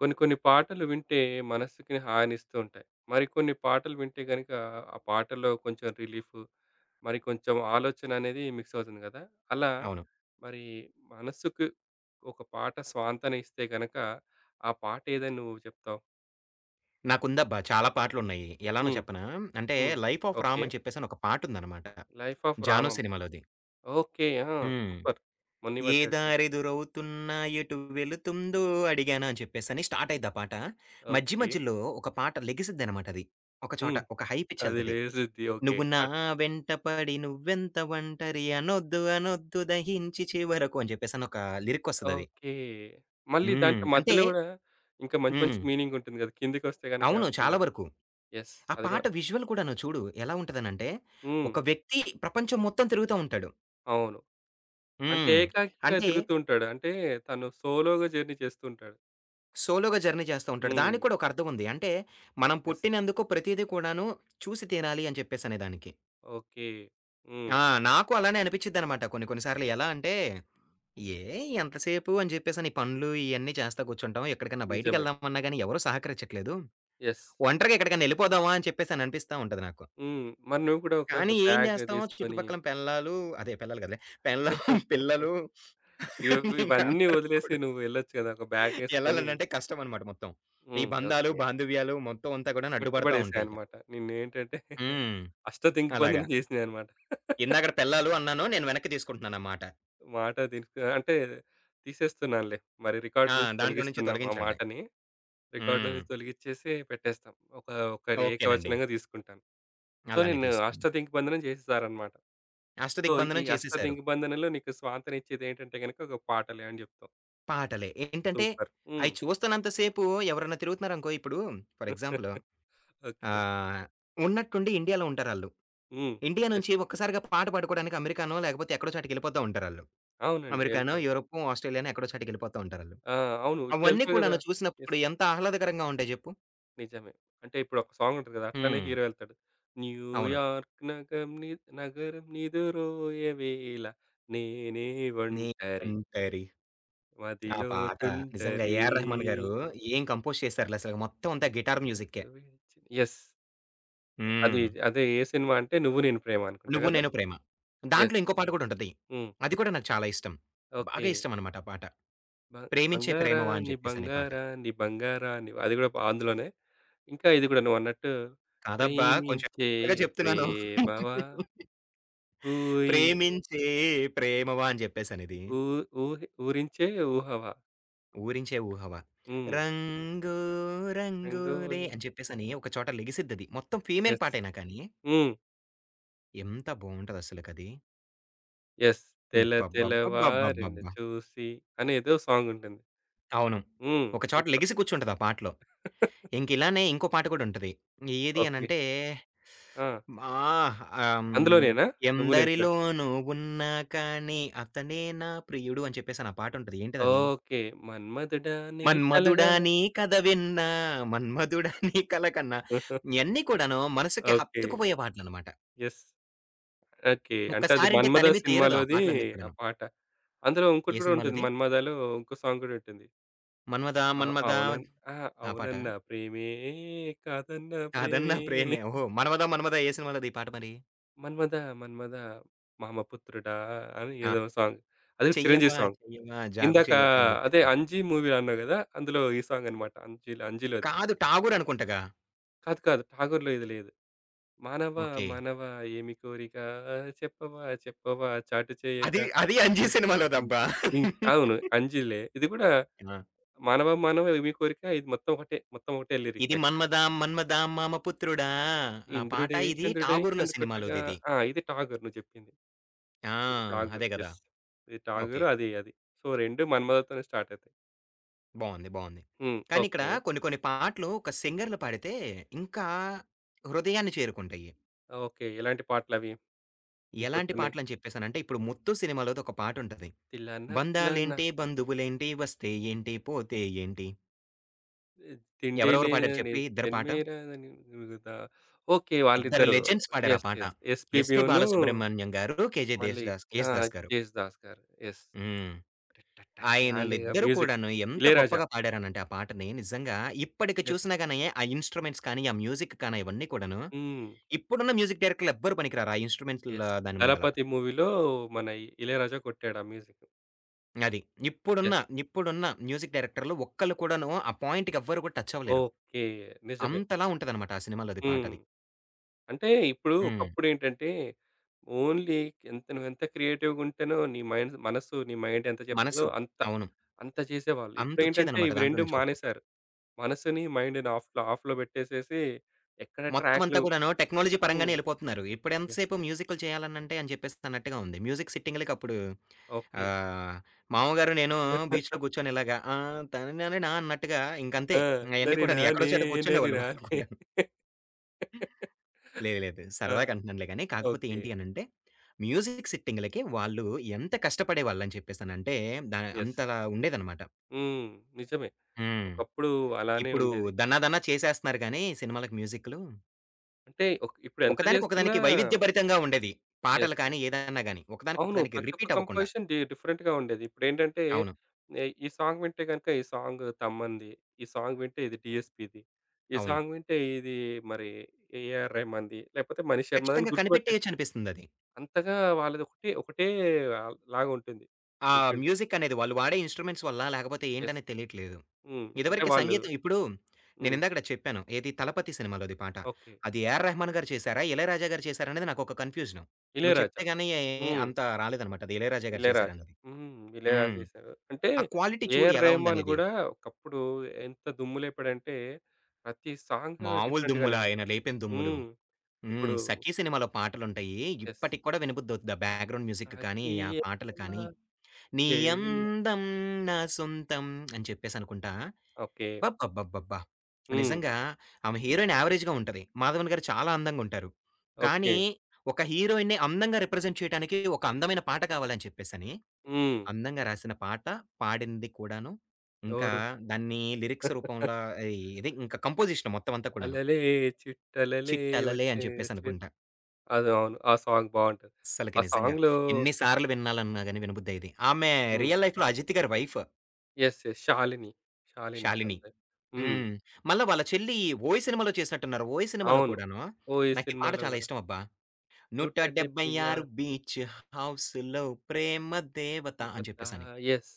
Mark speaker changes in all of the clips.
Speaker 1: కొన్ని కొన్ని పాటలు వింటే మనసుకి హానిస్తూ ఉంటాయి. మరికొన్ని పాటలు వింటే గనుక ఆ పాటలో కొంచెం రిలీఫ్, మరి కొంచెం ఆలోచన అనేది మిక్స్ అవుతుంది కదా! అలా
Speaker 2: అవును.
Speaker 1: మరి మనసుకు ఒక పాట స్వాంతన ఇస్తే గనక ఆ పాట ఏదని నువ్వు చెప్తావు?
Speaker 2: నాకుందబ్బా! చాలా పాటలున్నాయి. ఎలానో
Speaker 1: హ్మ్.
Speaker 2: చెప్పనా? అంటే
Speaker 1: హ్మ్.
Speaker 2: 'Life of
Speaker 1: okay.
Speaker 2: రామ్' అని చెప్పేసని ఒక పాటుందనమాట.
Speaker 1: 'Life of
Speaker 2: 'Jaanu'
Speaker 1: Ramam.'
Speaker 2: సినిమాలోది.
Speaker 1: ఓకే. ఆ!
Speaker 2: హ్మ్.
Speaker 1: సూపర్. మొన్న ఈ
Speaker 2: ఏ
Speaker 1: మధ్య వచ్చింది.
Speaker 2: దారెదురవుతున్నా ఎటు వెళుతుందో అడిగానా అని చెప్పేసని స్టార్ట్ అయిద్ది ఆ పాట. మధ్య
Speaker 1: ఓకే.
Speaker 2: మధ్యలో ఒక పాట లెగిసిద్దనమాట అది. ఒక చోట
Speaker 1: హ్మ్.
Speaker 2: ఒక హై పిచ్
Speaker 1: అది
Speaker 2: ఎళ్తది.
Speaker 1: లేజుద్ది. ఓకే.
Speaker 2: నువ్వు నా
Speaker 1: అట్
Speaker 2: వెంట పడి నువ్వెంత ఒంటరి అనొద్దు అనొద్దు దహించి చివరకు అని చెప్పేసని ఒక లిరికొస్తదది.
Speaker 1: ఓకే. మళ్ళీ
Speaker 2: హ్మ్.
Speaker 1: దాంట్లో
Speaker 2: అంటే
Speaker 1: మధ్యలో గూడా ఇంకా మంచి మంచి
Speaker 2: హ్మ్.
Speaker 1: మీనింగుంటుంది గదా! కిందకొస్తే గనక
Speaker 2: అవును. చాలా
Speaker 1: పల్లవి.
Speaker 2: వరకు.
Speaker 1: యెస్.
Speaker 2: ఆ
Speaker 1: అది
Speaker 2: పాట
Speaker 1: గూడా.
Speaker 2: విజువల్ కూడాను చూడు ఎలా ఉంటదనంటే,
Speaker 1: హ్మ్.
Speaker 2: ఒక వ్యక్తి ప్రపంచం మొత్తం తిరుగుతా ఉంటాడు.
Speaker 1: అవును. అంటే
Speaker 2: హ్మ్.
Speaker 1: ఏకాకిగా
Speaker 2: అంటే
Speaker 1: తిరుగుతూ ఉంటాడు. అంటే తను సోలోగా జర్నీ చేస్తూ ఉంటాడు.
Speaker 2: సోలోగా జర్నీ చేస్తా ఉంటాడు.
Speaker 1: హ్మ్.
Speaker 2: దానికి కూడా ఒక అర్థం ఉంది. మనం
Speaker 1: యెస్.
Speaker 2: పుట్టినందుకు ప్రతీదీ కూడాను చూసి తినాలి అని చెప్పేసనే దానికి.
Speaker 1: ఓకే. హ్మ్.
Speaker 2: ఆ! నాకు అలానే అనిపిచ్చిద్దనమాట కొన్ని కొన్ని సార్లు. ఎలా అంటే, ఏ ఎంతసేపు అని చెప్పేసని ఈ పనులు ఇయన్నీ చేస్తా కూర్చుంటాం. ఎక్కడికన్నా
Speaker 1: నిజమే.
Speaker 2: బయటికెళ్దామన్నా గాని ఎవరు సహకరించట్లేదు.
Speaker 1: యెస్.
Speaker 2: ఒంటరిగా ఎక్కడికన్నా ఎళ్ళిపోదామా అని చెప్పేసని అనిపిస్తా ఉంటది నాకు.
Speaker 1: హ్మ్. మరి నువ్వు కూడా ఒక
Speaker 2: కానీ ఏం
Speaker 1: బ్యాగ్
Speaker 2: జేస్తాం
Speaker 1: తీసుకొని
Speaker 2: చుట్టుపక్కల పెల్లాలు అదే పెల్లాలు కాదులే. పెళ్ళాం, పిల్లలు
Speaker 1: ఇవి
Speaker 2: ఇంకా
Speaker 1: ఇవన్నీ
Speaker 2: అందరూ కూడా
Speaker 1: వదిలేసి నువ్వు వెళ్ళొచ్చు గదా! ఒక బ్యాగేసుకొని
Speaker 2: ఎళ్ళాలనంటే కష్టమనమాట మొత్తం. ఈ
Speaker 1: హ్మ్.
Speaker 2: బంధాలు,
Speaker 1: ఓకే.
Speaker 2: బాంధవ్యాలు మొత్తం అంతా కూడాను అడ్డుపడతా ఉంటాయి.
Speaker 1: గుర్తుపడేసాయన్నమాట. నిన్నేంటంటే
Speaker 2: హ్మ్. అలాగా.
Speaker 1: అష్టదిగ్బంధనం జేసినాయన్నమాట.
Speaker 2: ఇందాకడ పెళ్ళాలు అన్నాను. నేను వెనక్కి తీసుకుంటున్నాను ఆ మాట.
Speaker 1: మాట దీనికి అంటే తీసేస్తున్నానులే. మరి
Speaker 2: ఆ!
Speaker 1: రికార్డ్‌ల నుంచి
Speaker 2: దాంట్లో నుంచి
Speaker 1: తొలగిస్తున్నాం ఆ
Speaker 2: తొలగించండి.
Speaker 1: మాటని. రికార్డ్‌ల
Speaker 2: హ్మ్.
Speaker 1: నుంచి తొలగిచ్చేసి పెట్టేస్తాం. ఒక ఒకరి
Speaker 2: ఓకేనండి.
Speaker 1: ఏకవచనంగా తీసుకుంటాను. సో,
Speaker 2: అలానే
Speaker 1: నేను
Speaker 2: తీసుకోండి.
Speaker 1: అష్టదిగ్బంధనం చేసేసారనమాట. సో, ఈ
Speaker 2: అష్టదిగ్బంధనం చేసేశారు.
Speaker 1: అష్టదిగ్బంధనంలో నీకు స్వాంతనిచ్చేదేంటంటే గనక ఒక పాటలే అని చెప్తాం.
Speaker 2: పాటలే. ఏంటంటే,
Speaker 1: సూపర్. హ్మ్.
Speaker 2: అయి చూస్తున్నంత సేపు ఎవరన్నా తిరుగుతున్నారనుకో ఇప్పుడు ఫర్ ఎగ్జాంపుల్
Speaker 1: ఓకే.
Speaker 2: ఆహ్, ఉన్నట్టుండి ఇండియాలో ఉంటారాళ్ళు.
Speaker 1: హ్మ్.
Speaker 2: India
Speaker 1: yes.
Speaker 2: నుంచి ఒక్కసారిగా పాట పాడుకోవడానికి అమెరికానో, లేకపోతే ఎక్కడో చాటికెళ్ళిపోతా ఉంటారాళ్ళు.
Speaker 1: అవునండి.
Speaker 2: అమెరికానో,
Speaker 1: ఎళ్తారు.
Speaker 2: యూరపో, ఆస్ట్రేలియానో ఎక్కడో చాటికెళ్ళిపోతా ఉంటారాళ్ళు.
Speaker 1: ఆ! అవును. ఇట్లా
Speaker 2: అవన్నీ
Speaker 1: ఎళ్తారు కదా!
Speaker 2: కూడాను చూసినప్పుడు
Speaker 1: యెస్.
Speaker 2: ఎంత ఆహ్లాదకరంగా ఉంటాయి జెప్పు.
Speaker 1: నిజమే. అంటే ఇప్పుడు ఒక సాంగ్ ఉంటది కదా! అట్లనే
Speaker 2: హ్మ్.
Speaker 1: హీరో ఎళ్తాడు.
Speaker 2: అవును.
Speaker 1: న్యూయార్క్ నగం ని నగరం నిదురోయె వేళ నేనే
Speaker 2: నీ
Speaker 1: ఒంటరి
Speaker 2: ఒంటరి ఆ
Speaker 1: మదిలో
Speaker 2: పాట నిజంగా
Speaker 1: తుంటరి
Speaker 2: ఏఆర్ రెహమాన్ గారు ఏం కంపోజ్ చేశారులసలు మొత్తం అంతా గిటార్ మ్యూజిక్కే.
Speaker 1: రెక్కలు విరిచి యెస్. అది
Speaker 2: హ్మ్.
Speaker 1: అదే ఏ సినిమా అంటే 'నువ్వు నేను ప్రేమ' అనుకుంటా
Speaker 2: 'నువ్వు
Speaker 1: కదా!
Speaker 2: నేను ప్రేమ.' దాంట్లో
Speaker 1: యెస్.
Speaker 2: ఇంకో పాట కూడా ఉంటది.
Speaker 1: హ్మ్.
Speaker 2: అది కూడా నాకు చాలా ఇష్టం.
Speaker 1: ఓకే.
Speaker 2: బాగా ఇష్టం అనమాట ఆ పాట.
Speaker 1: బ
Speaker 2: 'ప్రేమించే ప్రేమవా' అని
Speaker 1: బంగారాన్ని
Speaker 2: జెప్పేసనే పాట.
Speaker 1: బంగారాన్ని బంగారాన్ని అది కూడా బా అందులోనే. ఇంకా ఇది కూడా నువ్వన్నట్టు
Speaker 2: కాదబ్బా! కొంచెం
Speaker 1: ప్రేమించే
Speaker 2: ఎమోషనల్‌గా చెప్తున్నాను.
Speaker 1: ప్రేమవా ఊహిం
Speaker 2: ప్రేమించే ప్రేమవా అని చెప్పేసనిది.
Speaker 1: ఊ ఊహి ఊరించే ఊహవా.
Speaker 2: ఊరించే ఊహవా.
Speaker 1: హ్మ్.
Speaker 2: రంగు రంగురే
Speaker 1: రంగోలి.
Speaker 2: అని చెప్పేసని ఒక చోట లెగిసిద్దది. మొత్తం ఫీమేల్
Speaker 1: యెస్.
Speaker 2: పాటైనా కానీ,
Speaker 1: హ్మ్.
Speaker 2: ఎంత బావుంటదసలకది.
Speaker 1: యెస్. 'తెల తెలవారిన
Speaker 2: అబ్బబ్బబ్బబ్బబ్బబ్బా!
Speaker 1: చూసి' అనేదో సాంగుంటుంది.
Speaker 2: అవును.
Speaker 1: హ్మ్.
Speaker 2: ఒక చోట
Speaker 1: సూపర్.
Speaker 2: లెగిసి కూర్చుంటది ఆ పాటలో. ఇంకిలానే ఇంకో పాట కూడా ఉంటది. ఏది
Speaker 1: ఓకే.
Speaker 2: అనంటే
Speaker 1: ఆ!
Speaker 2: మా ఆహ్, హ్మ్.
Speaker 1: అందులోనేనా? 'నువ్వు నేను ప్రేమ'.
Speaker 2: ఎందరిలోనూ ఉన్నా కానీ అతనే నా ప్రియుడు అని చెప్పేసని ఆ పాటుంటది. ఏంటదది?
Speaker 1: ఓకే. 'మన్మధుడా నీ
Speaker 2: మన్మధుడా
Speaker 1: కలగల'
Speaker 2: నీ కథ విన్నా, మన్మధుడా నీ కల కన్నా. ఇయన్నీ కూడాను మనసుకి
Speaker 1: ఓకే.
Speaker 2: హత్తుకుపోయే పాటలనమాట.
Speaker 1: యెస్. ఓకే. అంటే అది
Speaker 2: ఒక్కసారింటే
Speaker 1: 'మన్మధ'
Speaker 2: తనివి తీరదు ఆ
Speaker 1: సినిమాలోది
Speaker 2: పాటలన్నీ
Speaker 1: ఆ
Speaker 2: కూడాను.
Speaker 1: పాట. అందులో
Speaker 2: ఏ
Speaker 1: ఇంకోటి కూడా ఉంటుంది.
Speaker 2: సినిమాలోది?
Speaker 1: 'మన్మధలో' ఇంకో సాంగ్ కూడా ఉంటుంది.
Speaker 2: 'మన్మదా
Speaker 1: ఆ!
Speaker 2: మన్మదా'
Speaker 1: అవునన్ ఆ!
Speaker 2: ఆ పాటా?
Speaker 1: అవునన్నా ప్రేమే కాదన్నా
Speaker 2: కాదన్నా
Speaker 1: ప్రేమే.
Speaker 2: ప్రేమే ఓహో! 'మన్మదా మన్మదా' ఏ సినిమాలోది ఈ పాట మరి?
Speaker 1: 'మన్మద మన్మద మామపుత్రుడా' అని
Speaker 2: ఆ!
Speaker 1: ఏదో సాంగ్. అది కూడా చిరంజీవి
Speaker 2: 'చెయ్యవా
Speaker 1: సాంగ్.
Speaker 2: చెయ్యవా జాగు
Speaker 1: ఇందాక
Speaker 2: చెయ్యక' అని
Speaker 1: అదే
Speaker 2: చెప్పేసని.
Speaker 1: 'అంజి' మూవీ అన్నావు కదా! అందులో ఈ సాంగ్ అనమాట. 'అంజిలో' 'అంజిలో' అది.
Speaker 2: కాదు 'ఠాగూర్' అనుకుంటగా.
Speaker 1: కాదు కాదు 'ఠాగూర్‌లో' ఇది లేదు. 'మానవ
Speaker 2: ఓకే.
Speaker 1: మానవ ఏమి కోరిక చెప్పవా చెప్పవా చాటు చేయక
Speaker 2: అది అది 'అంజీ'
Speaker 1: ఇంచిక
Speaker 2: సినిమాలోదబ్బా!
Speaker 1: చించిక చిం' అవును 'అంజిలే' ఇది కూడా
Speaker 2: ఆ!
Speaker 1: 'మానవ మానవ ఏమి కోరిక' ఇది మొత్తం ఒకటే. మొత్తం ఒకటే లిరిక్
Speaker 2: ఇది
Speaker 1: యాక్చువల్‌గా.
Speaker 2: 'మన్మదా మన్మదా మామ పుత్రుడా' ఆ పాట
Speaker 1: ఇంద్రుడే
Speaker 2: ఇది
Speaker 1: చంద్రుడై
Speaker 2: 'ఠాగూర్‌లో'
Speaker 1: కన్నుకొట్టగా
Speaker 2: సినిమాలోదిది.
Speaker 1: ఆ! ఇది 'ఠాగూర్' నువ్వు చెప్పింది.
Speaker 2: ఆ!
Speaker 1: ఇది 'ఠాగూర్'
Speaker 2: అదే గదా!
Speaker 1: యెస్. ఇది
Speaker 2: ఓకే.
Speaker 1: 'ఠాగూర్' అది అది. సో, 2 మన్మధతోనే స్టార్ట్ అవుతాయి.
Speaker 2: బావుంది. బావుంది.
Speaker 1: హ్మ్.
Speaker 2: కానీ ఇక్కడ
Speaker 1: ఓకే.
Speaker 2: కొన్ని కొన్ని పాటలు ఒక సింగర్‌లు పాడితే ఇంకా హృదయాన్ని చేరుకుంటాయి.
Speaker 1: ఓకే. ఎలాంటి పాటలవి నీకు
Speaker 2: ఎలాంటి
Speaker 1: గుర్తున్నాయి?
Speaker 2: పాటలని చెప్పేసనంటే ఇప్పుడు 'ముత్తు' సినిమాలోది ఒక పాటుంటది.
Speaker 1: 'తిల్లన్న తిల్లన్న
Speaker 2: బంధాలేంటి, బంధువులేంటి, వస్తే ఏంటి, పోతే ఏంటి.
Speaker 1: తిండి
Speaker 2: ఎవరెవరు పాడారో
Speaker 1: లేని
Speaker 2: చెప్పి ఇద్దరు పాట?
Speaker 1: జన్మేరా అని నురుగుతా' ఓకే.
Speaker 2: ఇద్దరు
Speaker 1: వాళ్ళిద్దరు.
Speaker 2: లెజెండ్స్ పాడారు ఆ
Speaker 1: యెస్.
Speaker 2: పాట.
Speaker 1: యెస్.
Speaker 2: ఎస్‌పి
Speaker 1: 'ఎస్‌పీబీ'ను
Speaker 2: బాలసుబ్రహ్మణ్యం గారు, 'కేజే దేశ్
Speaker 1: మళ్ళీ
Speaker 2: దాస్'
Speaker 1: ఆ!
Speaker 2: 'యేసుదాస్' గారు.
Speaker 1: 'జేస్ దాస్' గారు. యెస్.
Speaker 2: హ్మ్.
Speaker 1: అండ్ ఇగ
Speaker 2: ఆయనలిద్దరూ
Speaker 1: మ్యూజిక్
Speaker 2: కూడాను ఎంత
Speaker 1: 'ఇళయరాజా'.
Speaker 2: గొప్పగా పాడారనంటే ఆ పాటని నిజంగా ఇప్పటికి
Speaker 1: యెస్.
Speaker 2: చూసినా గాని ఆ ఇన్‌స్ట్రుమెంట్స్ కానీ, ఆ మ్యూజిక్ కానీ అవన్నీ కూడాను
Speaker 1: హ్మ్.
Speaker 2: ఇప్పుడున్న మ్యూజిక్ డైరెక్టర్‌లు ఎవ్వరు పనికిరారు. ఆ ఇన్‌స్ట్రుమెంట్ల
Speaker 1: యెస్.
Speaker 2: దాని ముందల.
Speaker 1: 'దళపతి' మూవీలో మన 'ఇళయరాజా' కొట్టాడు ఆ మ్యూజిక్.
Speaker 2: అది. ఇప్పుడున్న,
Speaker 1: యెస్.
Speaker 2: ఇప్పుడున్న మ్యూజిక్ డైరెక్టర్‌లు ఒక్కళ్ళు కూడాను ఆ పాయింట్‌కి ఎవ్వరు కూడా టచ్ అవ్వలేరు.
Speaker 1: ఓకే. నిజమే.
Speaker 2: అంతలా ఉంటదనమాట ఆ సినిమాలోది
Speaker 1: హ్మ్.
Speaker 2: పాటది.
Speaker 1: అంటే ఇప్పుడు
Speaker 2: హ్మ్.
Speaker 1: ఒకప్పుడు ఏంటంటే, ఓన్లీ ఎంత నువ్వెంత క్రియేటివ్‌గా ఉంటేనో నీ మైండ్ మనసు, నీ మైండ్ ఎంత చెప్తదో
Speaker 2: మనసు.
Speaker 1: అంత,
Speaker 2: అవును.
Speaker 1: అంత చేసేవాళ్ళు. ఇప్పుడేంటంటే
Speaker 2: అంతొచ్చేదనమాట
Speaker 1: ఇవి
Speaker 2: దాంట్లో
Speaker 1: 2
Speaker 2: నుంచి ఔట్‌పుట్.
Speaker 1: మానేశారు. మనసుని, మైండ్‌ని ఆఫ్‌లో ఆఫ్‌లో పెట్టేసేసి ఎక్కడ
Speaker 2: మొత్తం అంతా
Speaker 1: ట్రాక్‌లు
Speaker 2: కూడాను టెక్నాలజీ
Speaker 1: హ్మ్.
Speaker 2: పరంగానే ఎళ్ళిపోతున్నారు. ఇప్పుడెంత
Speaker 1: యెస్.
Speaker 2: సేపు
Speaker 1: యెస్.
Speaker 2: మ్యూజిక్‌లు చేయాలనంటే అని చెప్పేసి అన్నట్టుగా ఉంది. మ్యూజిక్ సిట్టింగ్‌లకి అప్పుడు
Speaker 1: ఓకే.
Speaker 2: ఆ! మామగారు నేను బీచ్‌లో కూర్చొని ఇలాగా ఆ! తనననా అన్నట్టుగా ఇంకంతే.
Speaker 1: ఆ!
Speaker 2: అయన్నీ కూడాను ఎక్కడో
Speaker 1: నరినానే
Speaker 2: చోట కూర్చునేవాళ్ళు వాళ్ళు
Speaker 1: నరినానే
Speaker 2: కూడాను. లేదు లేదు.
Speaker 1: ఆ!
Speaker 2: సరదాగా అంటున్నానులే గాని కాకపోతే
Speaker 1: ఓకే.
Speaker 2: ఏంటి అనంటే, మ్యూజిక్ సిట్టింగ్‌లకి వాళ్ళు ఎంత కష్టపడేవాళ్ళని చెప్పేసనంటే
Speaker 1: యెస్.
Speaker 2: అంతలా ఉండేదనమాట.
Speaker 1: హ్మ్. నిజమే.
Speaker 2: హ్మ్.
Speaker 1: ఒకప్పుడు అలానే
Speaker 2: ఇప్పుడు
Speaker 1: ఉండేది.
Speaker 2: 'దన్నా దన్నా' చేసేస్తున్నారు గానీ సినిమాలకు మ్యూజిక్‌లు.
Speaker 1: అంటే ఒక్ ఇప్పుడు ఎంత
Speaker 2: ఒకదానికి
Speaker 1: చేస్తున్నా
Speaker 2: ఒకదానికి వైవిధ్య భరితంగా ఉండేది.
Speaker 1: యెస్.
Speaker 2: పాటలు కానీ
Speaker 1: యెస్.
Speaker 2: ఏదన్నా గాని. ఒకదానికి
Speaker 1: అవును.
Speaker 2: ఒకదానికి
Speaker 1: ప్రతి ఒక్క
Speaker 2: రిపీట్ అవ్వకుండా.
Speaker 1: కంపోజిషన్ డి డిఫరెంట్‌గా ఉండేది. ఇప్పుడేంటంటే
Speaker 2: అవును.
Speaker 1: ఎ ఈ సాంగ్ వింటే గనుక ఈ సాంగ్ తమన్‌ది, ఈ సాంగ్ వింటే ఇది డీఎస్‌పీది, ఈ
Speaker 2: అవును.
Speaker 1: సాంగ్ వింటే ఇది మరి ఏఆర్ రెహమాన్‌ది, లేకపోతే మణి శర్మది అని
Speaker 2: ఖచ్చితంగా
Speaker 1: గుర్తుపట్టేస్తాం.
Speaker 2: కనిపెట్టేయొచ్చనిపిస్తుందది.
Speaker 1: అంతగా వాళ్ళది ఒకటే ఒకటే లాగుంటుంది
Speaker 2: ఆ
Speaker 1: వింటుంటే.
Speaker 2: మ్యూజిక్ అనేది వాళ్ళు వాడే ఇన్‌స్ట్రుమెంట్స్ వల్ల, లేకపోతే
Speaker 1: యెస్.
Speaker 2: ఏంటనేది తెలియట్లేదు.
Speaker 1: హ్మ్. అంటే
Speaker 2: ఇదివరకి
Speaker 1: వాళ్ళు
Speaker 2: సంగీతం ఇప్పుడు
Speaker 1: హ్మ్.
Speaker 2: నేనిందాకడ చెప్పాను. ఏది 'తలపతి' సినిమాలోది పాట.
Speaker 1: ఓకే.
Speaker 2: అది ఏఆర్ రెహమాన్ గారు చేశారా? ఇళయరాజా గారు చేశారా? అనేది నాకొక కన్‌ఫ్యూజను. నువ్వు చెప్తే
Speaker 1: 'ఇళయరాజా.'
Speaker 2: గాని
Speaker 1: హ్మ్.
Speaker 2: అంత రాలేదనమాట. అది ఇళయరాజా గారు
Speaker 1: ఇళయరాజా.
Speaker 2: చేశారనేది.
Speaker 1: హ్మ్. ఇళయరాజా
Speaker 2: హ్మ్.
Speaker 1: చేశారు. అంటే
Speaker 2: ఆ క్వాలిటీ చూడు
Speaker 1: ఏఆర్
Speaker 2: ఎలా
Speaker 1: రెహమాన్
Speaker 2: ఉందనేది.
Speaker 1: గూడా ఒకప్పుడు ఎంత దుమ్ము లేపాడంటే ప్రతి సాంగ్
Speaker 2: మామూలు
Speaker 1: డిఫరెంట్ గానే
Speaker 2: దుమ్ములా ఆయన
Speaker 1: ఉండేది.
Speaker 2: లేపిన దుమ్ములు.
Speaker 1: హ్మ్.
Speaker 2: హ్మ్.
Speaker 1: ఇప్పుడు
Speaker 2: 'సఖి' సినిమాలో పాటలుంటాయి.
Speaker 1: యెస్.
Speaker 2: ఇప్పటికి కూడా వినబుద్దవుద్ది. ఆ బ్యాక్‌గ్రౌండ్ మ్యూజిక్ కానీ, ఆ
Speaker 1: 'సాకియా
Speaker 2: పాటలు కానీ. 'నీ
Speaker 1: చెలియా'
Speaker 2: అందం నా సొంతం' అని చెప్పేసనుకుంటా
Speaker 1: ఓకే.
Speaker 2: అబ్బబ్బబ్బబ్బబ్బా!
Speaker 1: హ్మ్.
Speaker 2: నిజంగా ఆమె హీరోయిన్ యావరేజ్‌గా ఉంటది. మాధవన్ గారు చాలా అందంగా ఉంటారు.
Speaker 1: ఓకే.
Speaker 2: కానీ, ఒక హీరోయిన్‌ని అందంగా రిప్రజెంట్ చేయటానికి ఒక అందమైన పాట కావాలని చెప్పేసని,
Speaker 1: హ్మ్.
Speaker 2: అందంగా రాసిన పాట, పాడింది కూడాను. ఇంకా
Speaker 1: ఎవరు?
Speaker 2: దాన్ని లిరిక్స్ రూపంలో ఇది ఇంకా కంపోజిషన్ మొత్తం అంతా కూడాను.
Speaker 1: అలలే చిట్టలలే
Speaker 2: 'చిట్టలలే'
Speaker 1: వచ్చే
Speaker 2: అని చెప్పేసి
Speaker 1: వచ్చే
Speaker 2: అనుకుంటా.
Speaker 1: అది అవును. ఆ సాంగ్ బావుంటది.
Speaker 2: అస్సలకి
Speaker 1: ఆ
Speaker 2: నిజంగా
Speaker 1: సాంగ్‌లో
Speaker 2: ఎన్ని సార్లు వినాలన్నా గాని వినబుద్దయ్యేది. ఆమె
Speaker 1: హ్మ్.
Speaker 2: రియల్ లైఫ్‌లో Ajith garu wife
Speaker 1: yes. Yes. 'Shalini'. 'Shalini'
Speaker 2: Shalini.
Speaker 1: అంతే. హ్మ్.
Speaker 2: హ్మ్. మళ్ళా వాళ్ళ చెల్లి 'ఓయ్' సినిమాలో చేసినట్టున్నారు. 'ఓయ్' సినిమాలో
Speaker 1: అవును.
Speaker 2: కూడాను
Speaker 1: 'ఓయి'
Speaker 2: నాకు ఈ పాట
Speaker 1: సినిమాలో
Speaker 2: చాలా
Speaker 1: గూడా.
Speaker 2: ఇష్టం అబ్బా!
Speaker 1: 'నూట డెబ్బై
Speaker 2: '176
Speaker 1: ఆరు
Speaker 2: బీచ్ హౌస్‌లో ప్రేమ దేవత' అని
Speaker 1: తిమ్మకా'
Speaker 2: చెప్పేసని.
Speaker 1: యెస్.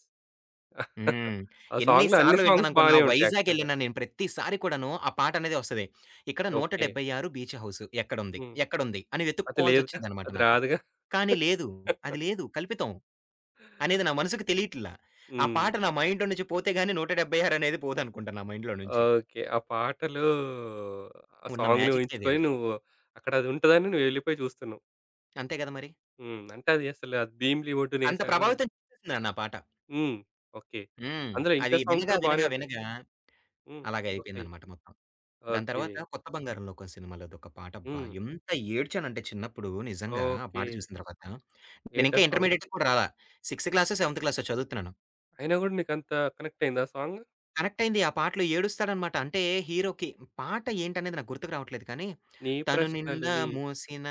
Speaker 2: హ్మ్.
Speaker 1: ఆ
Speaker 2: ఎన్ని
Speaker 1: సాంగ్‌లో అన్ని
Speaker 2: సార్లు
Speaker 1: సాంగ్స్
Speaker 2: వింటాననుకున్నా
Speaker 1: బానే ఉంటాయి యాక్చువల్‌గా.
Speaker 2: వైజాగెళ్ళినా నేను ప్రతిసారి కూడాను ఆ పాటనేదే వస్తది. ఇక్కడ
Speaker 1: ఓకే.
Speaker 2: 176 బీచ్ హౌస్ ఎక్కడుంది?
Speaker 1: హ్మ్.
Speaker 2: ఎక్కడుంది? అని
Speaker 1: అది లేదుగా.
Speaker 2: వెతుక్కోవాల్సొచ్చేదనమాట
Speaker 1: అది
Speaker 2: నాకు.
Speaker 1: రాదుగా.
Speaker 2: కానీ లేదు. అది లేదు. కల్పితం అనేది నా మనసుకు తెలియట్లా. ఆ
Speaker 1: హ్మ్.
Speaker 2: పాట నా మైండ్‌లో నుంచి పోతే గాని 176 అనేది పోదనుకుంటా నా మైండ్‌లో నుంచి.
Speaker 1: ఓకే. ఆ పాటలో ఆ
Speaker 2: ఉన్న
Speaker 1: సాంగ్‌ని
Speaker 2: మ్యాజిక్కే
Speaker 1: ఊహించుకొని
Speaker 2: వేరు.
Speaker 1: నువ్వు అక్కడ అది ఉంటదని నువ్వు వెళ్ళిపోయి చూస్తున్నావు.
Speaker 2: అంతే గదా! మరి.
Speaker 1: హ్మ్. అంటే అది అసలు అది భీమిలి ఒడ్డున
Speaker 2: అంత
Speaker 1: ఎసారు.
Speaker 2: ప్రభావితం చేసేసిందండి ఆ పాట.
Speaker 1: హ్మ్. ఓకే.
Speaker 2: హ్మ్.
Speaker 1: అందులో ఇంకా
Speaker 2: అది
Speaker 1: సాంగ్స్
Speaker 2: వినగా,
Speaker 1: కూడా బానే
Speaker 2: వినగా,
Speaker 1: ఉంటాయి.
Speaker 2: వినగా
Speaker 1: హ్మ్.
Speaker 2: అలాగే
Speaker 1: ఓకే.
Speaker 2: అయిపోయిందనమాట మొత్తం. దాని
Speaker 1: ఓకే.
Speaker 2: తర్వాత 'కొత్త బంగారం లోకం' సినిమాలోదొక పాట అబ్బా!
Speaker 1: హ్మ్.
Speaker 2: ఎంత ఏడ్చానంటే చిన్నప్పుడు నిజంగా ఆ
Speaker 1: ఓకే.
Speaker 2: పాట చూసిన తర్వాత.
Speaker 1: ఏంటా
Speaker 2: నేనింకా
Speaker 1: సాంగ్?
Speaker 2: ఇంటర్మీడియేట్‌కి కూడా రాలా. సిక్స్త్ క్లాసో, సెవెంత్ క్లాసో చదువుతున్నాను.
Speaker 1: అయినా గూడా నీకంత కనెక్ట్ అయిందా సాంగ్?
Speaker 2: కనెక్ట్ అయింది ఆ పాటలో ఏడుస్తాడనమాట. అంటే హీరోకి పాట ఏంటనేది నాకు గుర్తుకు రావట్లేదు కానీ,
Speaker 1: నీ
Speaker 2: తను
Speaker 1: ప్రశ్నలు
Speaker 2: నిండా
Speaker 1: నీ
Speaker 2: మోసిన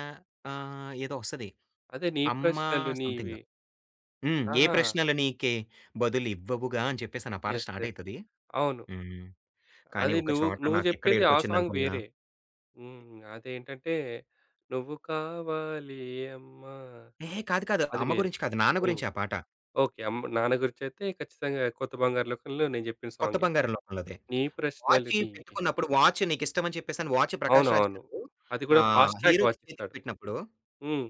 Speaker 2: ఏదో వస్తది.
Speaker 1: అదే నీ
Speaker 2: అమ్మ
Speaker 1: ప్రశ్నలు
Speaker 2: సంథింగ్.
Speaker 1: నీవి.
Speaker 2: హ్మ్. ఏ
Speaker 1: ఆహా!
Speaker 2: ప్రశ్నలు నీకే బదులివ్వవుగా అని చెప్పేసని ఆ పాట
Speaker 1: యెస్.
Speaker 2: Start
Speaker 1: yes.
Speaker 2: అయితది.
Speaker 1: అవును.
Speaker 2: హ్మ్. కానీ
Speaker 1: అది
Speaker 2: ఒక
Speaker 1: నువ్వు
Speaker 2: చోట
Speaker 1: నువ్వు
Speaker 2: నాకెక్కడ
Speaker 1: జెప్పేది ఆ సాంగ్
Speaker 2: ఏడుపొచ్చిందనుకున్నా
Speaker 1: వేరే. హ్మ్. అదేంటంటే, 'నువ్వు కావాలి అమ్మా'
Speaker 2: ఏహే! కాదు కాదు.
Speaker 1: అది
Speaker 2: అమ్మ
Speaker 1: వేరే.
Speaker 2: గురించి కాదు. నాన్న
Speaker 1: హ్మ్.
Speaker 2: గురించి ఆ పాట.
Speaker 1: ఓకే. అమ్మ నాన్న గురించైతే ఖచ్చితంగా 'కొత్త బంగారు లోకంలో' నేను జెప్పిన
Speaker 2: 'కొత్త
Speaker 1: సాంగే.
Speaker 2: బంగారు లోకం'లోదే.
Speaker 1: 'నీ ప్రశ్నలు
Speaker 2: వాచీ
Speaker 1: నీవి.'
Speaker 2: పెట్టుకున్నప్పుడు వాచ్ నీకిష్టమని చెప్పేసని వాచ్ 'ప్రకాష్ రాజ్'
Speaker 1: అవునవును.
Speaker 2: గారు
Speaker 1: అది గూడా ఫాస్ట్ ట్రాక్
Speaker 2: హీరోకి చేతికి
Speaker 1: వాచిస్తాడు.
Speaker 2: పెట్టినప్పుడు
Speaker 1: హ్మ్.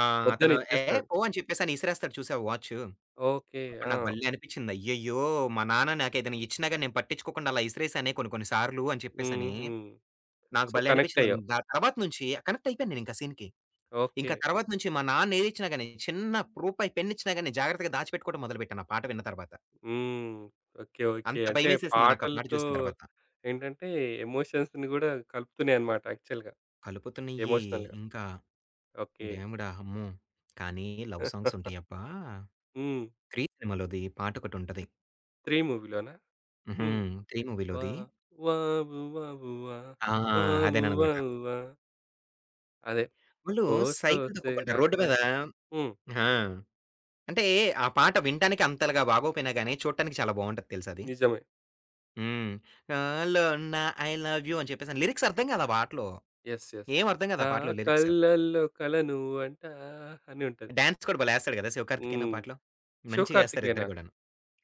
Speaker 1: వద్దని
Speaker 2: అతను ఏహే!
Speaker 1: ఇచ్చేస్తాడు.
Speaker 2: పో అని చెప్పేసని ఇసిరేస్తాడు చూసావా వాచ్.
Speaker 1: ఓకే.
Speaker 2: అప్పుడు
Speaker 1: ఆ!
Speaker 2: నాకు భలే అనిపించింది. అయ్యయ్యో! మా నాన్న నాకేదైనా ఇచ్చినా గాని నేను పట్టించుకోకుండా అలా ఇసిరేసానే కొన్ని కొన్ని సార్లు అని చెప్పేసని
Speaker 1: హుహు.
Speaker 2: నాకు
Speaker 1: సో,
Speaker 2: భలే
Speaker 1: కనెక్ట్
Speaker 2: అనిపించింది.
Speaker 1: అయ్యావు.
Speaker 2: దాని తర్వాత నుంచి కనెక్ట్ అయిపోయాను నేనింకా సీన్‌కి.
Speaker 1: ఓకే.
Speaker 2: ఇంకా తర్వాత నుంచి మా నాన్న ఏదిచ్చినా గాని, చిన్న రూపాయి పెన్నిచ్చినా గాని జాగ్రత్తగా దాచిపెట్టుకోవడం మొదలుపెట్టాను ఆ పాట విన్న తర్వాత.
Speaker 1: హ్మ్. ఓకే. ఓకే.
Speaker 2: అంత
Speaker 1: అంటే
Speaker 2: భయమేసేసింది నాకు ఆ పాట
Speaker 1: పాటలతో
Speaker 2: చూసిన తర్వాత.
Speaker 1: ఏంటంటే ఎమోషన్స్‌ని గూడా కలుపుతున్నాయన్నమాట యాక్చువల్‌గా.
Speaker 2: కలుపుతున్నయి
Speaker 1: ఎమోషనల్‌గా.
Speaker 2: ఇంకా
Speaker 1: ఓకే.
Speaker 2: దేవుడా! అమ్మో! కానీ లవ్ సాంగ్స్ ఉంటయబ్బా!
Speaker 1: హ్మ్.
Speaker 2: 'క్రీ' సినిమాలోది పాటొకటుంటది.
Speaker 1: 'త్రీ' మూవీలోనా?
Speaker 2: హుహు.
Speaker 1: హ్మ్.
Speaker 2: 'క్రీ'
Speaker 1: వా
Speaker 2: మూవీలోది.
Speaker 1: వావు వావు వా,
Speaker 2: ఆ!
Speaker 1: వావు
Speaker 2: అదేననమాట.
Speaker 1: వావు వా అదే.
Speaker 2: వాళ్ళు
Speaker 1: ఓ
Speaker 2: సైకిల్ తొక్కుకుంటారు
Speaker 1: సోసెరాక
Speaker 2: రోడ్డు మీద
Speaker 1: హ్మ్.
Speaker 2: ఆ! అంటే ఆ పాట వినటానికి అంతలాగా బాగోపోయినా గాని, చూడటానికి చాలా బావుంటది తెలుసా అది.
Speaker 1: నిజమే.
Speaker 2: హ్మ్. 'గాల్లో ఉన్న ఐ లవ్ యూ' అని చెప్పేసని లిరిక్స్ అర్థం కాదు ఆ పాటలో.
Speaker 1: యెస్. యెస్.
Speaker 2: ఏం అర్థం కాదు
Speaker 1: నా
Speaker 2: ఆ పాటలో లిరిక్స్.
Speaker 1: కళ్ళల్లో కల నువ్వంట అని ఉంటది.
Speaker 2: డాన్స్ కూడా భలే ఏస్తాడు గదా! శివకార్తికేయన్ ఆ
Speaker 1: హ్మ్.
Speaker 2: పాటలో. మంచిగేస్తారు
Speaker 1: శివకార్తికేయనా?
Speaker 2: ఇద్దరు గూడాను.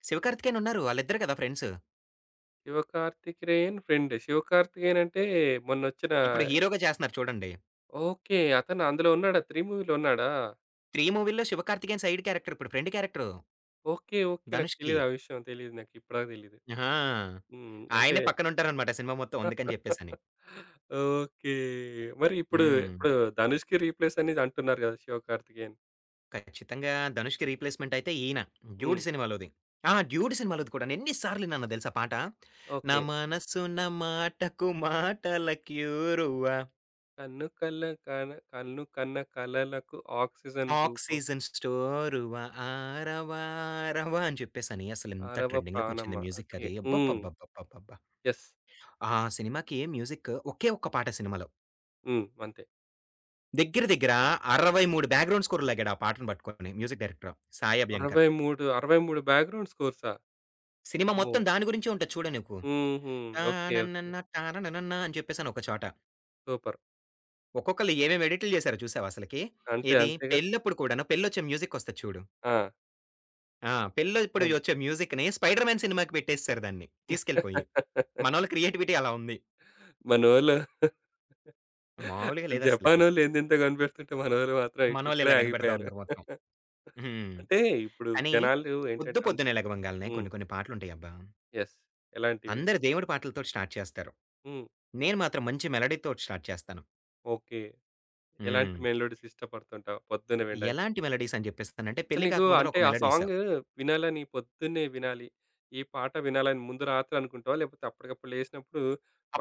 Speaker 2: శివకార్తికేయన్ ఉన్నారు. వాళ్ళిద్దరు గదా ఫ్రెండ్స్.
Speaker 1: శివకార్తికేయన్ ఫ్రెండ్. శివకార్తికేయన్ అంటే మొన్నొచ్చిన
Speaker 2: ఇప్పుడు హీరోగా చేస్తున్నారు చూడండి.
Speaker 1: ఓకే. అతను అందులో ఉన్నాడా? 'త్రీ' మూవీలో ఉన్నాడా?
Speaker 2: 'త్రీ' మూవీ‌లో శివకార్తికేయన్ సైడ్ క్యారెక్టర్ ఇప్పుడు ఫ్రెండ్ క్యారెక్టర్
Speaker 1: ఓకే. ఓకే. నాకు
Speaker 2: ధనుష్‌కి.
Speaker 1: తెలీదు ఆ విషయం. తెలీదు నాకు ఇప్పటిదాకా తెలీదు.
Speaker 2: ఆ!
Speaker 1: హ్మ్. అంటే
Speaker 2: ఆయనే పక్కనుంటారనమాట సినిమా మొత్తం అందుకని జెప్పేసని.
Speaker 1: ఓకే. మరి ఇప్పుడు
Speaker 2: హ్మ్.
Speaker 1: ఇప్పుడు 'ధనుష్‌కి' రీప్లేస్ అనేది అంటున్నారు కదా! 'శివకార్తికేయన్.'
Speaker 2: ఖచ్చితంగా ధనుష్‌కి రీప్లేస్‌మెంట్ అయితే ఈయన
Speaker 1: హ్మ్.
Speaker 2: 'డ్యూడ్' సినిమాలోది. ఆ! 'డ్యూడ్' సినిమాలోది కూడాను. ఎన్ని సార్లు విన్నానో తెలుసా పాట? నా
Speaker 1: ఓకే.
Speaker 2: మనసున మాటకు మాటల క్యూరువ
Speaker 1: కన్ను కల్ల కన కన్ను కన్న కలలకు ఆక్సిజన్ రూపం
Speaker 2: ఆక్సిజన్ స్టోరువ ఆరవారవ అని చెప్పేసని అసలెంత
Speaker 1: అరవ
Speaker 2: ట్రెండింగ్‌లోకొచ్చింది
Speaker 1: ప్రాణమా.
Speaker 2: Music
Speaker 1: okay.
Speaker 2: అది.
Speaker 1: హ్మ్.
Speaker 2: అబ్బబ్బబ్బబ్బబ్బబ్బా!
Speaker 1: యెస్.
Speaker 2: ఆ సినిమాకి మ్యూజిక్ ఒకే ఒక్క పాట సినిమాలో.
Speaker 1: హ్మ్. అంతే.
Speaker 2: దగ్గర దగ్గర 63 బ్యాక్‌గ్రౌండ్ స్కోర్‌లు లాగాడు ఆ పాటను పట్టుకొని music director Sai Abhyankar.
Speaker 1: 63, 63 background స్కోర్సా?
Speaker 2: సినిమా
Speaker 1: అమ్మో!
Speaker 2: మొత్తం దాని గురించే ఉంటది చూడే నీకు.
Speaker 1: హుహు. ఓకే. ఓకే.
Speaker 2: టానన్నన్న టానననన్న అని చెప్పేసని ఒక చోట.
Speaker 1: సూపర్.
Speaker 2: ఒక్కొక్కళ్ళు ఏమేమి ఎడిట్లు చేశారో చూసావా అసలకి?
Speaker 1: అంతే
Speaker 2: ఏది
Speaker 1: అంతేగా.
Speaker 2: పెళ్ళప్పుడు కూడాను పెళ్ళొచ్చే మ్యూజిక్ వస్తది చూడు.
Speaker 1: ఆ!
Speaker 2: ఆ! పెళ్ళప్పుడు
Speaker 1: అవును.
Speaker 2: వచ్చే మ్యూజిక్‌ని 'స్పైడర్ మ్యాన్' సినిమాకి పెట్టేసేసారు దాన్ని తీసుకెళ్ళిపోయి. మనోళ్ళ క్రియేటివిటీ అలా ఉంది.
Speaker 1: మనోళ్ళు
Speaker 2: మామూలుగా లేదసలకి.
Speaker 1: జపానోళ్ళు ఎంతెంత కనిపెడుతుంటే మనోళ్ళు మాత్రం ఇట్ల
Speaker 2: మనోళ్ళు
Speaker 1: ఇక్కడే
Speaker 2: ఇలా కనిపెడతా
Speaker 1: ఆగిపోయారు.
Speaker 2: ఉన్నారు మొత్తం. హ్మ్.
Speaker 1: అంటే ఇప్పుడు
Speaker 2: కానీ
Speaker 1: జనాలు
Speaker 2: పొద్దు
Speaker 1: ఏంటంటే అంత
Speaker 2: పొద్దున్నే లెగవంగాల్నే
Speaker 1: హ్మ్.
Speaker 2: కొన్ని కొన్ని పాటలుంటాయబ్బా!
Speaker 1: యెస్. ఎలాంటివి?
Speaker 2: అందరూ దేవుడి పాటలతోటి స్టార్ట్ చేస్తారు.
Speaker 1: హ్మ్.
Speaker 2: నేను మాత్రం మంచి మెలోడీ‌తోటి స్టార్ట్ చేస్తాను.
Speaker 1: ఓకే. ఎలాంటి
Speaker 2: హ్మ్.
Speaker 1: మెలోడీస్ ఇష్టపడుతుంటావు పొద్దున్నే వినడానికి?
Speaker 2: ఎలాంటి మెలోడీస్ అని చెప్పేస్తానంటే
Speaker 1: అసలు
Speaker 2: పెళ్లి
Speaker 1: నీకు
Speaker 2: కాక ముందల
Speaker 1: అంటే
Speaker 2: ఒక
Speaker 1: ఆ
Speaker 2: మెలోడీస్.
Speaker 1: సాంగ్ వినాలని పొద్దున్నే వినాలి. ఈ పాట వినాలని ముందు రాత్రి అనుకుంటావా? లేకపోతే అప్పటికప్పుడు లేసినప్పుడు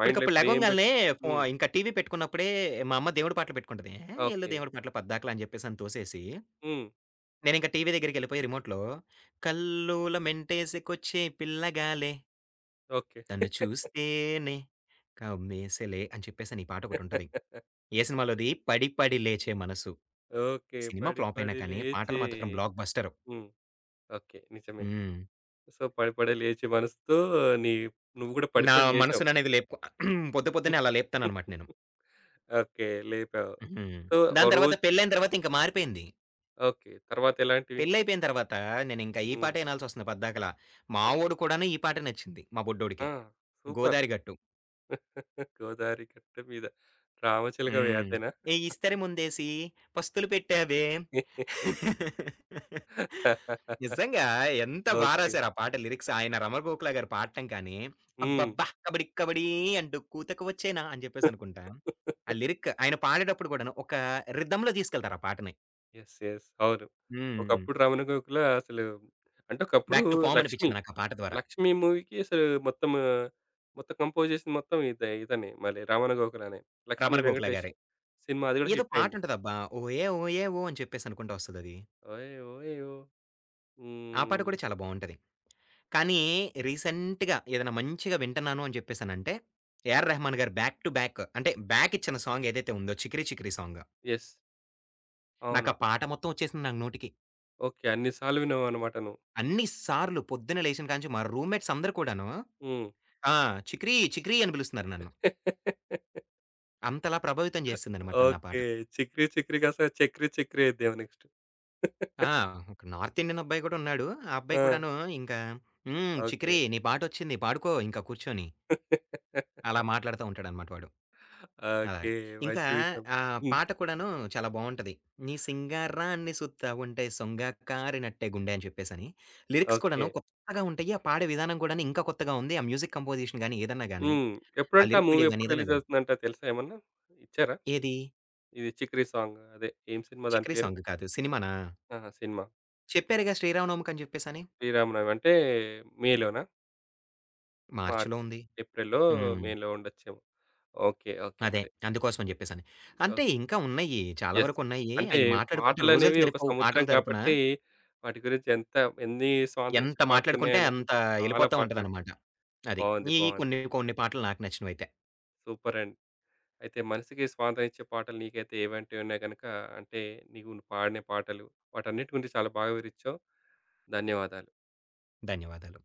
Speaker 1: మైండ్‌లో ఇప్పుడు ఏం పెట్
Speaker 2: లెగవంగాల్నే
Speaker 1: హ్మ్.
Speaker 2: ఇంకా టీవీ పెట్టుకున్నప్పుడే మా అమ్మ దేవుడి పాటలు పెట్టుకుంటది. "ఏ ఎళ్ళు
Speaker 1: ఓకే.
Speaker 2: దేవుడి పాటలు పద్దాకలా" అని చెప్పేసని తోసేసి,
Speaker 1: హ్మ్.
Speaker 2: నేనింకా టీవీ దగ్గరికెళ్ళిపోయి రిమోట్‌లో "కల్లోల మెంటేసుకొచ్చే పిల్లగాలే"
Speaker 1: ఓకే.
Speaker 2: 'తను చూస్తేనే కమ్మేసెలే' అని చెప్పేసని ఈ పాటొకటుంటది. ఏ సినిమాలోది? 'పడి పడి లేచే మనసు.'
Speaker 1: ఓకే.
Speaker 2: సినిమా
Speaker 1: పడి
Speaker 2: ఫ్లాప్ అయినా
Speaker 1: పడి
Speaker 2: కానీ పాటలు
Speaker 1: లేచే
Speaker 2: మాత్రం బ్లాక్ బస్టరు.
Speaker 1: హ్మ్. ఓకే. నిజమే.
Speaker 2: హ్మ్.
Speaker 1: సో, పడి పడి లేచే మనసుతో నీ నువ్వు గూడా పడి
Speaker 2: నా
Speaker 1: పడి లేచావు.
Speaker 2: మనసుననేది లేపు పొద్దు పొద్దున్నే అలా లేపుతాననమాట నేను.
Speaker 1: ఓకే. లేపావు.
Speaker 2: హ్మ్.
Speaker 1: సో, ఓ
Speaker 2: దాని తర్వాత
Speaker 1: రోజు
Speaker 2: పెళ్లయిన తర్వాత ఇంక మారిపోయింది.
Speaker 1: ఓకే. తర్వాతెలాంటివి?
Speaker 2: పెళ్లయిపోయిన తర్వాత నేనింక ఈ
Speaker 1: హ్మ్.
Speaker 2: పాటే ఇనాల్సొస్తుంది పద్దాకలా. మా
Speaker 1: ఓకే.
Speaker 2: వోడు కూడాను ఈ పాటే నచ్చింది మా
Speaker 1: ఆ!
Speaker 2: బుడ్డోడికి.
Speaker 1: సూపర్.
Speaker 2: 'గోదారి గట్టు.'
Speaker 1: గోదావరి గట్ట మీద రామచిలకవే
Speaker 2: హ్మ్.
Speaker 1: అదేనా?
Speaker 2: ఏ ఇస్తరి ముందేసి పస్తులు పెట్టావే. నిజంగా ఎంత బా
Speaker 1: ఓకే.
Speaker 2: రాసారు ఆ పాట లిరిక్స్. ఆయన 'రమణగోఖల' గారు పాడటం కానీ,
Speaker 1: హ్మ్.
Speaker 2: అబ్బబ్బా! కబడి కబడీ అంటూ కూతకు వచ్చేనా అని చెప్పేసి
Speaker 1: యెస్.
Speaker 2: అనుకుంటా.
Speaker 1: యెస్.
Speaker 2: ఆ లిరిక్ ఆయన పాడేటప్పుడు కూడాను ఒక రిథమ్‌లో తీసుకెళ్తారు ఆ పాటని.
Speaker 1: అవును.
Speaker 2: హ్మ్.
Speaker 1: ఒకప్పుడు రమణ గోకుల అసలు అంటే ఒకప్పుడు
Speaker 2: బ్యాక్ టు ఫార్మ్
Speaker 1: లక్ష్మి.
Speaker 2: అనిపించింది నాకు ఆ పాట ద్వారా.
Speaker 1: 'లక్ష్మి' మూవీకి అసలు మొత్తం ఆ, మొత్తం కంపోజ్ చేసింది మొత్తం ఇదే ఇతనే మళ్ళీ 'రమణ గోఖలనే.' 'లక్ష్మీ
Speaker 2: 'రమణగోఖల'
Speaker 1: వెంకటేష్'
Speaker 2: గారే.
Speaker 1: సినిమా అది కూడా
Speaker 2: ఏదో
Speaker 1: హిట్
Speaker 2: పాట
Speaker 1: అయింది.
Speaker 2: ఉంటదబ్బా! ఓయే ఓయే ఓ అని చెప్పేసి అనుకుంటా వస్తదది.
Speaker 1: ఓయ్ ఓయ్ ఓ
Speaker 2: ఆ పాట
Speaker 1: హ్మ్.
Speaker 2: కూడా చాలా బావుంటది. కానీ రీసెంట్‌గా ఏదైనా మంచిగా వింటున్నాను అని చెప్పేసనంటే, 'A R Rahman' garu back to back అంటే, బ్యాక్ ఇచ్చిన సాంగ్ ఏదైతే ఉందో 'చికిరి చికిరి' సాంగ్.
Speaker 1: యెస్. అవును.
Speaker 2: నాకా పాట మొత్తం వచ్చేసింది నాకు నోటికి.
Speaker 1: ఓకే. అన్ని సార్లు విన్నావన్నమాట నువ్వు.
Speaker 2: అన్ని సార్లు పొద్దున్న లేచిన కాడ నుంచి మా రూమ్‌మేట్స్ అందరూ కూడాను
Speaker 1: హ్మ్.
Speaker 2: ఆ! 'చికిరి చికిరి' అని పిలుస్తున్నారు నన్ను. అంతలా ప్రభావితం చేసిందనమాట నన్ను ఆ పాట.
Speaker 1: ఓకే. 'చిక్రీ చిక్రీ' కాస్త 'చక్రీ చక్రీ' అయిద్దేమో నెక్స్ట్.
Speaker 2: ఆ! ఒక నార్త్ ఇండియన్ అబ్బాయి కూడా ఉన్నాడు. ఆ అబ్బాయి
Speaker 1: ఆ!
Speaker 2: కూడాను ఇంకా "హ్మ్.
Speaker 1: ఓకే.
Speaker 2: చికిరి నీ పాటొచ్చింది పాడుకో ఇంకా కూర్చొని" అలా మాట్లాడుతా ఉంటాడనమాట వాడు. అలాగ.
Speaker 1: ఓకే.
Speaker 2: ఇంకా
Speaker 1: మంచి విషయం. హ్మ్.
Speaker 2: పాట కూడాను చాలా బావుంటది. నీ సింగారాన్ని సుత్తా ఉంటే సొంగ కారినట్టే గుండె అని చెప్పేసని. Lyrics
Speaker 1: okay.
Speaker 2: కూడాను కొత్తగా ఉంటాయి. ఆ పాడే విధానం కూడాను ఇంకా కొత్తగా ఉంది. ఆ మ్యూజిక్ కంపోజిషన్ గాని, ఏదన్నా గాని,
Speaker 1: హ్మ్.
Speaker 2: ఆ
Speaker 1: ఎప్పుడంట ఆ
Speaker 2: లిరిక్
Speaker 1: మూవీ
Speaker 2: వీడియో గాని,
Speaker 1: ఎప్పుడు
Speaker 2: ఏదన్నా
Speaker 1: రిలీజ్
Speaker 2: గాని.
Speaker 1: అవుతుందంట తెలుసా ఏమన్నా? ఇచ్చారా?
Speaker 2: ఏది?
Speaker 1: ఇది 'చికిరి' సాంగ్. అదే ఏం సినిమా దాని
Speaker 2: 'చికిరి'
Speaker 1: పేరు?
Speaker 2: సాంగ్ కాదు. సినిమానా?
Speaker 1: ఆహా! సినిమా.
Speaker 2: చెప్పారుగా శ్రీరామనవమికి అని చెప్పేసని.
Speaker 1: 'శ్రీరామనవమి' అంటే మేలోనా?
Speaker 2: మార్చిలో
Speaker 1: మార్చ్,
Speaker 2: ఉంది.
Speaker 1: ఏప్రిల్లో,
Speaker 2: హ్మ్.
Speaker 1: మేలో ఉండొచ్చేమో. ఓకే. ఓకే.
Speaker 2: అదే.
Speaker 1: మరి
Speaker 2: అందుకోసం అని చెప్పేసని. అంటే
Speaker 1: ఓహ్!
Speaker 2: ఇంకా ఉన్నాయి. చాలా
Speaker 1: యెస్.
Speaker 2: వరకు ఉన్నాయి.
Speaker 1: అంటే
Speaker 2: అయి మాట్లాడుకుంటే రోజులు
Speaker 1: పాటలనేవి ఒక
Speaker 2: సరిపోవు
Speaker 1: సముద్రం
Speaker 2: పాటల తరపున.
Speaker 1: కాబట్టి వాటి గురించి ఎంత ఎన్ని స్వాతంత్రించే
Speaker 2: ఎంత మాట్లాడుకుంటే అంత
Speaker 1: పాటలున్నాయనుకుంటే చాలా
Speaker 2: ఎళ్ళిపోతా
Speaker 1: పాటలుంటాయి.
Speaker 2: ఉంటదనమాట. అది.
Speaker 1: బావుంది.
Speaker 2: ఈ
Speaker 1: బావుంది.
Speaker 2: కొన్ని కొన్ని పాటలు నాకు నచ్చినవైతే.
Speaker 1: సూపర్ అండి. అయితే మనసుకి స్వాంతన ఇచ్చే పాటలు నీకైతే ఏవంటివి ఉన్నాయి గనుక అంటే నీవు పాడిన పాటలు వాటన్నిటి గురించి చాలా బాగా వివరిచ్చావు. ధన్యవాదాలు.
Speaker 2: ధన్యవాదాలు.